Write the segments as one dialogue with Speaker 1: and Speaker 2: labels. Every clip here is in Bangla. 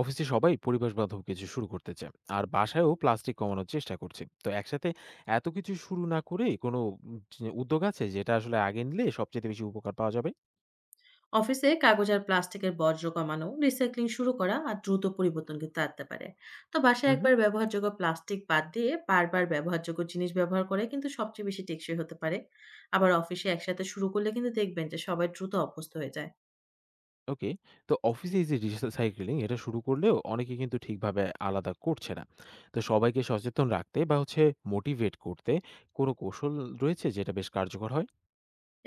Speaker 1: অফিসে সবাই পরিবেশ বান্ধব কিছু শুরু করতে চায়, আর বাসায়ও প্লাস্টিক কমানোর চেষ্টা করছে। তো একসাথে এত কিছু শুরু না করে কোনো যে উদ্যোগ আছে, যেটা আসলে আগে নিলে সবচেয়ে বেশি উপকার পাওয়া যাবে?
Speaker 2: অফিসে কাগজ আর প্লাস্টিকের বর্জ্য কমানো, রিসাইক্লিং শুরু করা আর দ্রুত পরিবর্তন কিন্তু আনতে পারে। তো বাসায়
Speaker 1: হুম।
Speaker 2: একবার ব্যবহারযোগ্য প্লাস্টিক বাদ দিয়ে বারবার ব্যবহারযোগ্য জিনিস ব্যবহার করে কিন্তু সবচেয়ে বেশি টেকসই হতে পারে। আবার অফিসে একসাথে শুরু করলে কিন্তু দেখবেন যে সবাই দ্রুত অভ্যস্ত হয়ে যায়।
Speaker 1: ওকে, তো অফিসে এই যে রিসাইক্লিং, এটা শুরু করলেও অনেকে কিন্তু ঠিকভাবে আলাদা করছে না। তো সবাইকে সচেতন রাখতে বা হচ্ছে মোটিভেট করতে কোনো কৌশল রয়েছে যেটা বেশ কার্যকর হয়?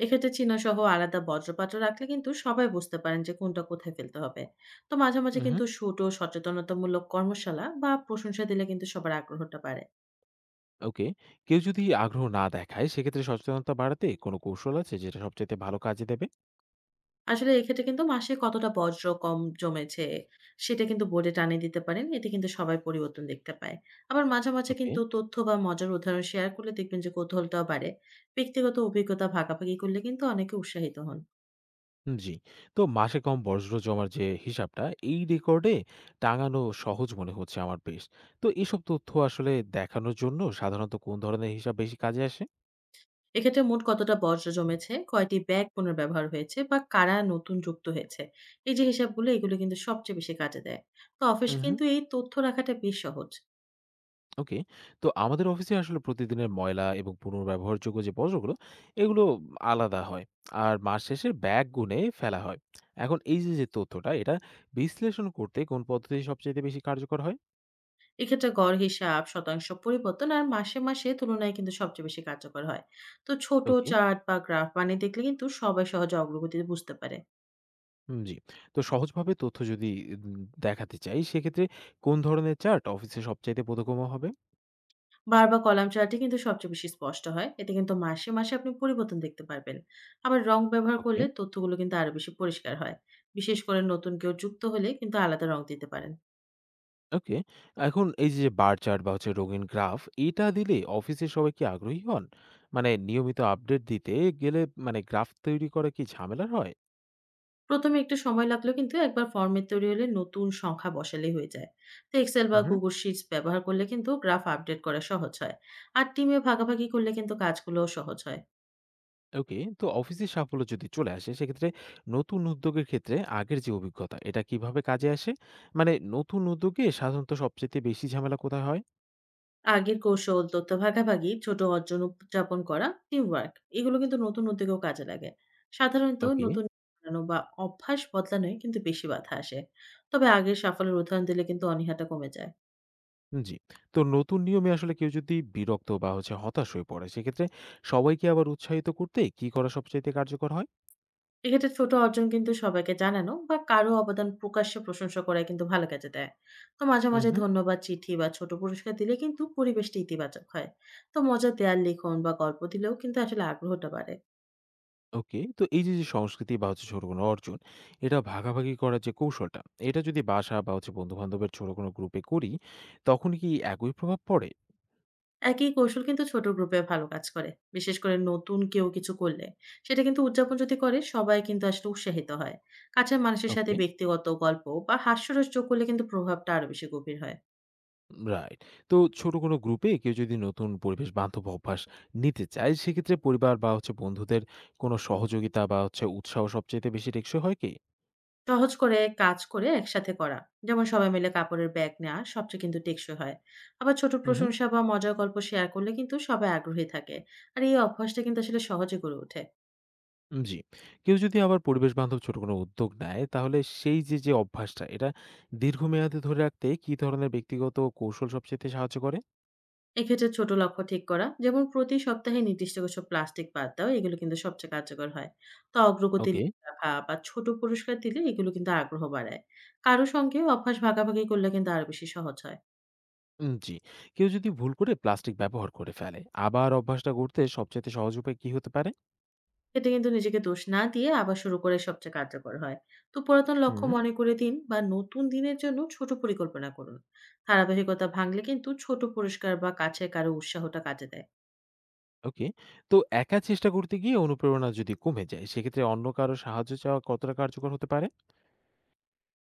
Speaker 2: এক্ষেত্রে চিহ্ন সহ আলাদা বর্জ্যপাত্র রাখলে কিন্তু সবাই বুঝতে পারেন যে কোনটা কোথায় ফেলতে হবে। তো মাঝে মাঝে
Speaker 1: হুম।
Speaker 2: কিন্তু ছোট সচেতনতামূলক কর্মশালা বা প্রশংসা দিলে কিন্তু সবার আগ্রহটা বাড়ে।
Speaker 1: ওকে, কেউ যদি আগ্রহ না দেখায় সেক্ষেত্রে সচেতনতা বাড়াতে কোনো কৌশল আছে যেটা সবচেয়ে ভালো কাজে দেবে?
Speaker 2: আসলে এক্ষেত্রে কিন্তু মাসে কতটা বর্জ্য কম জমেছে সেটা কিন্তু বোর্ডে টানিয়ে দিতে পারেন। এতে কিন্তু সবাই পরিবর্তন দেখতে পায়। আবার মাঝে মাঝে
Speaker 1: ওকে।
Speaker 2: কিন্তু তথ্য বা মজার উদাহরণ শেয়ার করলে দেখবেন যে কৌতূহলটাও বাড়ে। ব্যক্তিগত অভিজ্ঞতা ভাগাভাগি করলে কিন্তু অনেকে উৎসাহিত হন।
Speaker 1: জি। তো মাসে কম বজ্র জমার যে হিসাবটা, এই রেকর্ডে টাঙানো সহজ মনে হচ্ছে আমার বেশ। তো এসব তথ্য আসলে দেখানোর জন্য সাধারণত কোন ধরনের হিসাব বেশি কাজে আসে?
Speaker 2: এক্ষেত্রে মোট কতটা বর্জ্য জমেছে, কয়টি ব্যাগ পুনর্ব্যবহার হয়েছে বা কারা নতুন যুক্ত হয়েছে, এই যে হিসাবগুলো, এগুলো কিন্তু সবচেয়ে বেশি কাজে দেয়। তো অফিস
Speaker 1: উহু।
Speaker 2: কিন্তু এই তথ্য রাখাটা বেশ সহজ।
Speaker 1: ওকে। তো আমাদের অফিসে আসলে প্রতিদিনের ময়লা এবং পুনর্ব্যবহারযোগ্য যে বর্জ্যগুলো, এগুলো আলাদা হয়। আর মাস শেষে ব্যাগ গুণে ফেলা হয়। এখন এই যে, যে তথ্যটা, এটা বিশ্লেষণ করতে কোন পদ্ধতি সবচাইতে বেশি কার্যকর হয়?
Speaker 2: এক্ষেত্রে গড় হিসাব, শতাংশ পরিবর্তন আর মাসে মাসে তুলনায় কিন্তু সবচেয়ে বেশি কার্যকর হয়। তো ছোট
Speaker 1: ওকে।
Speaker 2: চার্ট বা গ্রাফ বানিয়ে দেখলে কিন্তু সবাই সহজে অগ্রগতি বুঝতে পারে।
Speaker 1: জি। তো সহজভাবে তথ্য যদি উম দেখাতে চাই, সেক্ষেত্রে কোন ধরনের চার্ট অফিসে সবচাইতে বোধগম্য হবে?
Speaker 2: বার বা কলাম চার্টই কিন্তু সবচেয়ে বেশি স্পষ্ট হয়। এতে কিন্তু মাসে মাসে আপনি পরিবর্তন দেখতে পারবেন। আবার রং ব্যবহার
Speaker 1: ওকে,
Speaker 2: করলে তথ্যগুলো কিন্তু আরো বেশি পরিষ্কার হয়। বিশেষ করে নতুন কেউ যুক্ত হলে কিন্তু আলাদা রং দিতে পারেন।
Speaker 1: ওকে। এখন এই যে বার চার্ট বা হচ্ছে রঙিন গ্রাফ, এটা দিলে অফিসের সবাই কি আগ্রহী হন? মানে নিয়মিত আপডেট দিতে গেলে, মানে গ্রাফ তৈরি করা কি ঝামেলার হয়?
Speaker 2: ১ম এ একটু সময় লাগলেও কিন্তু একবার ফরম্যাট তৈরি হলে নতুন সংখ্যা বসালেই হয়ে যায়। তো এক্সেল বা
Speaker 1: উহুম।
Speaker 2: গুগল শিটস ব্যবহার করলে কিন্তু গ্রাফ আপডেট করা সহজ হয়। আর টিমে ভাগাভাগি করলে কিন্তু কাজগুলোও সহজ হয়।
Speaker 1: ওকে, তো অফিসের সাফল্য যদি চলে আসে, সেক্ষেত্রে নতুন উদ্যোগের ক্ষেত্রে আগের যে অভিজ্ঞতা, এটা কিভাবে কাজে আসে? মানে নতুন উদ্যোগে সাধারণত সবচাইতে বেশি ঝামেলা কোথায় হয়?
Speaker 2: আগের কৌশল, তথ্য ভাগাভাগি, ছোট অর্জন উদযাপন করা, টিম ওয়ার্ক, এগুলো কিন্তু নতুন উদ্যোগেও কাজে লাগে। সাধারণত
Speaker 1: ওকে।
Speaker 2: নতুন বানানো বা অভ্যাস বদলানোই কিন্তু বেশি বাধা আসে। তবে আগের সাফল্যের উদাহরণ দিলে কিন্তু অনীহাটা কমে যায়।
Speaker 1: জি। তো নতুন নিয়মে আসলে কেউ যদি বিরক্ত বা হচ্ছে হতাশ হয়ে পড়ে, সেক্ষেত্রে সবাইকে আবার উৎসাহিত করতে কি করা সবচাইতে কার্যকর হয়?
Speaker 2: এক্ষেত্রে ছোট অর্জন কিন্তু সবাইকে জানানো বা কারো অবদান প্রকাশ্যে প্রশংসা করা কিন্তু ভালো কাজে দেয়। তো মাঝে মাঝে
Speaker 1: উহু।
Speaker 2: ধন্যবাদ চিঠি বা ছোট পুরস্কার দিলে কিন্তু পরিবেশটা ইতিবাচক হয়। তো মজার দেয়াল লিখন বা গল্প দিলেও কিন্তু আসলে আগ্রহটা বাড়ে।
Speaker 1: ওকে। তো এই যে, যে সংস্কৃতি বা হচ্ছে ছোট কোনো অর্জন, এটা ভাগাভাগি করার যে কৌশলটা, এটা যদি বাসা বা হচ্ছে বন্ধু-বান্ধবের ছোট কোনো গ্রুপে করি, তখন কি একই প্রভাব পড়ে?
Speaker 2: একই কৌশল কিন্তু ছোট গ্রুপে ভালো কাজ করে। বিশেষ করে নতুন কেউ কিছু করলে সেটা কিন্তু উদযাপন যদি করে, সবাই কিন্তু আসলে উৎসাহিত হয়। কাছের মানুষের সাথে
Speaker 1: ওকে,
Speaker 2: ব্যক্তিগত গল্প বা হাস্যরস যোগ করলে কিন্তু প্রভাবটা আরো বেশি গভীর হয়।
Speaker 1: রাইট। তো ছোট কোনো গ্রুপে কেউ যদি নতুন পরিবেশ বান্ধব অভ্যাস নিতে চায়, সেক্ষেত্রে পরিবার বা হচ্ছে বন্ধুদের কোনো সহযোগিতা বা হচ্ছে উৎসাহ সবচাইতে বেশি টেকসই হয় কি?
Speaker 2: সহজ করে কাজ করে একসাথে করা, যেমন সবাই মিলে কাপড়ের ব্যাগ নেওয়া, সবচেয়ে কিন্তু টেকসই হয়। আবার ছোট
Speaker 1: উহু।
Speaker 2: প্রশংসা বা মজার গল্প শেয়ার করলে কিন্তু সবাই আগ্রহী থাকে। আর এই অভ্যাসটা কিন্তু আসলে সহজে গড়ে ওঠে।
Speaker 1: জি। কেউ যদি আবার পরিবেশ বান্ধব ছোট কোনো উদ্যোগ নেয়, তাহলে সেই যে, যে অভ্যাসটা, এটা দীর্ঘমেয়াদে ধরে রাখতে কি ধরনের ব্যক্তিগত কৌশল সবচাইতে সাহায্য করে?
Speaker 2: এক্ষেত্রে ছোট লক্ষ্য ঠিক করা, যেমন প্রতি সপ্তাহে নির্দিষ্ট কিছু প্লাস্টিক বাদ দাও, এগুলো কিন্তু সবচেয়ে কার্যকর হয়। তো অগ্রগতি
Speaker 1: ওকে।
Speaker 2: রাখা বা ছোট পুরস্কার দিলে এগুলো কিন্তু আগ্রহ বাড়ায়। কারো সঙ্গে অভ্যাস ভাগাভাগি করলে কিন্তু আরো বেশি সহজ হয়।
Speaker 1: জি। কেউ যদি ভুল করে প্লাস্টিক ব্যবহার করে ফেলে, আবার অভ্যাসটা গড়তে সবচাইতে সহজ উপায় কি হতে পারে?
Speaker 2: এতে কিন্তু নিজেকে দোষ না দিয়ে আবার শুরু করে সবচেয়ে কার্যকর হয়। তো পুরাতন লক্ষ্য
Speaker 1: হুম।
Speaker 2: মনে করে দিন বা নতুন দিনের জন্য ছোট পরিকল্পনা করুন। ধারাবাহিকতা ভাঙলে কিন্তু ছোট পুরস্কার বা কাছের কারো উৎসাহটা কাজে দেয়।
Speaker 1: ওকে, তো একা চেষ্টা করতে গিয়ে অনুপ্রেরণা যদি কমে যায়, সেক্ষেত্রে অন্য কারো সাহায্য চাওয়া কতটা কার্যকর হতে পারে?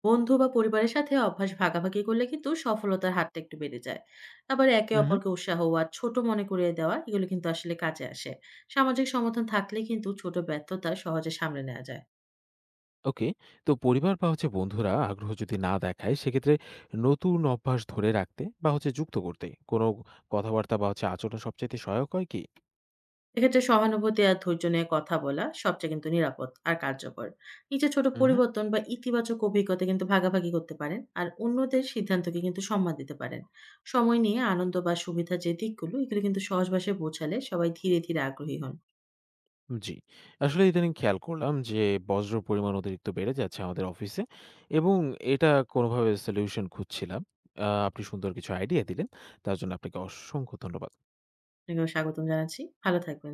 Speaker 2: বন্ধু বা পরিবারের সাথে অভ্যাস ভাগাভাগি করলে কিন্তু সফলতার হাতটা একটু বেড়ে যায়। আবার একে
Speaker 1: উহু।
Speaker 2: অপরকে উৎসাহ আর ছোট মনে করিয়ে দেওয়া, এগুলো কিন্তু আসলে কাজে আসে। সামাজিক সমর্থন থাকলে কিন্তু ছোট ব্যর্থতা সহজে সামলে নেওয়া যায়।
Speaker 1: ওকে। তো পরিবার বা হচ্ছে বন্ধুরা আগ্রহ যদি না দেখায়, সেক্ষেত্রে নতুন অভ্যাস ধরে রাখতে বা হচ্ছে যুক্ত করতে কোনো কথাবার্তা বা হচ্ছে আচরণ সবচাইতে সহায়ক হয় কি?
Speaker 2: এক্ষেত্রে সহানুভূতি আর ধৈর্য নিয়ে কথা বলা সবচেয়ে কিন্তু নিরাপদ আর কার্যকর। নিজের ছোট
Speaker 1: হুম।
Speaker 2: পরিবর্তন বা ইতিবাচক অভিজ্ঞতা কিন্তু ভাগাভাগি করতে পারেন। আর অন্যদের সিদ্ধান্তকে কিন্তু সম্মান দিতে পারেন। সময় নিয়ে আনন্দ বা সুবিধার যে দিকগুলো এগুলো কিন্তু সহজ ভাষায় বোঝালে সবাই ধীরে ধীরে আগ্রহী হন।
Speaker 1: জি। আসলে ইদানিং খেয়াল করলাম যে বজ্রর পরিমাণ অতিরিক্ত বেড়ে যাচ্ছে আমাদের অফিসে, এবং এটা কোনোভাবে সলিউশন খুঁজছিলাম। আপনি সুন্দর কিছু আইডিয়া দিলেন। তার জন্য আপনাকে অসংখ্য ধন্যবাদ।
Speaker 2: আপনাকেও স্বাগতম জানাচ্ছি। ভালো থাকবেন।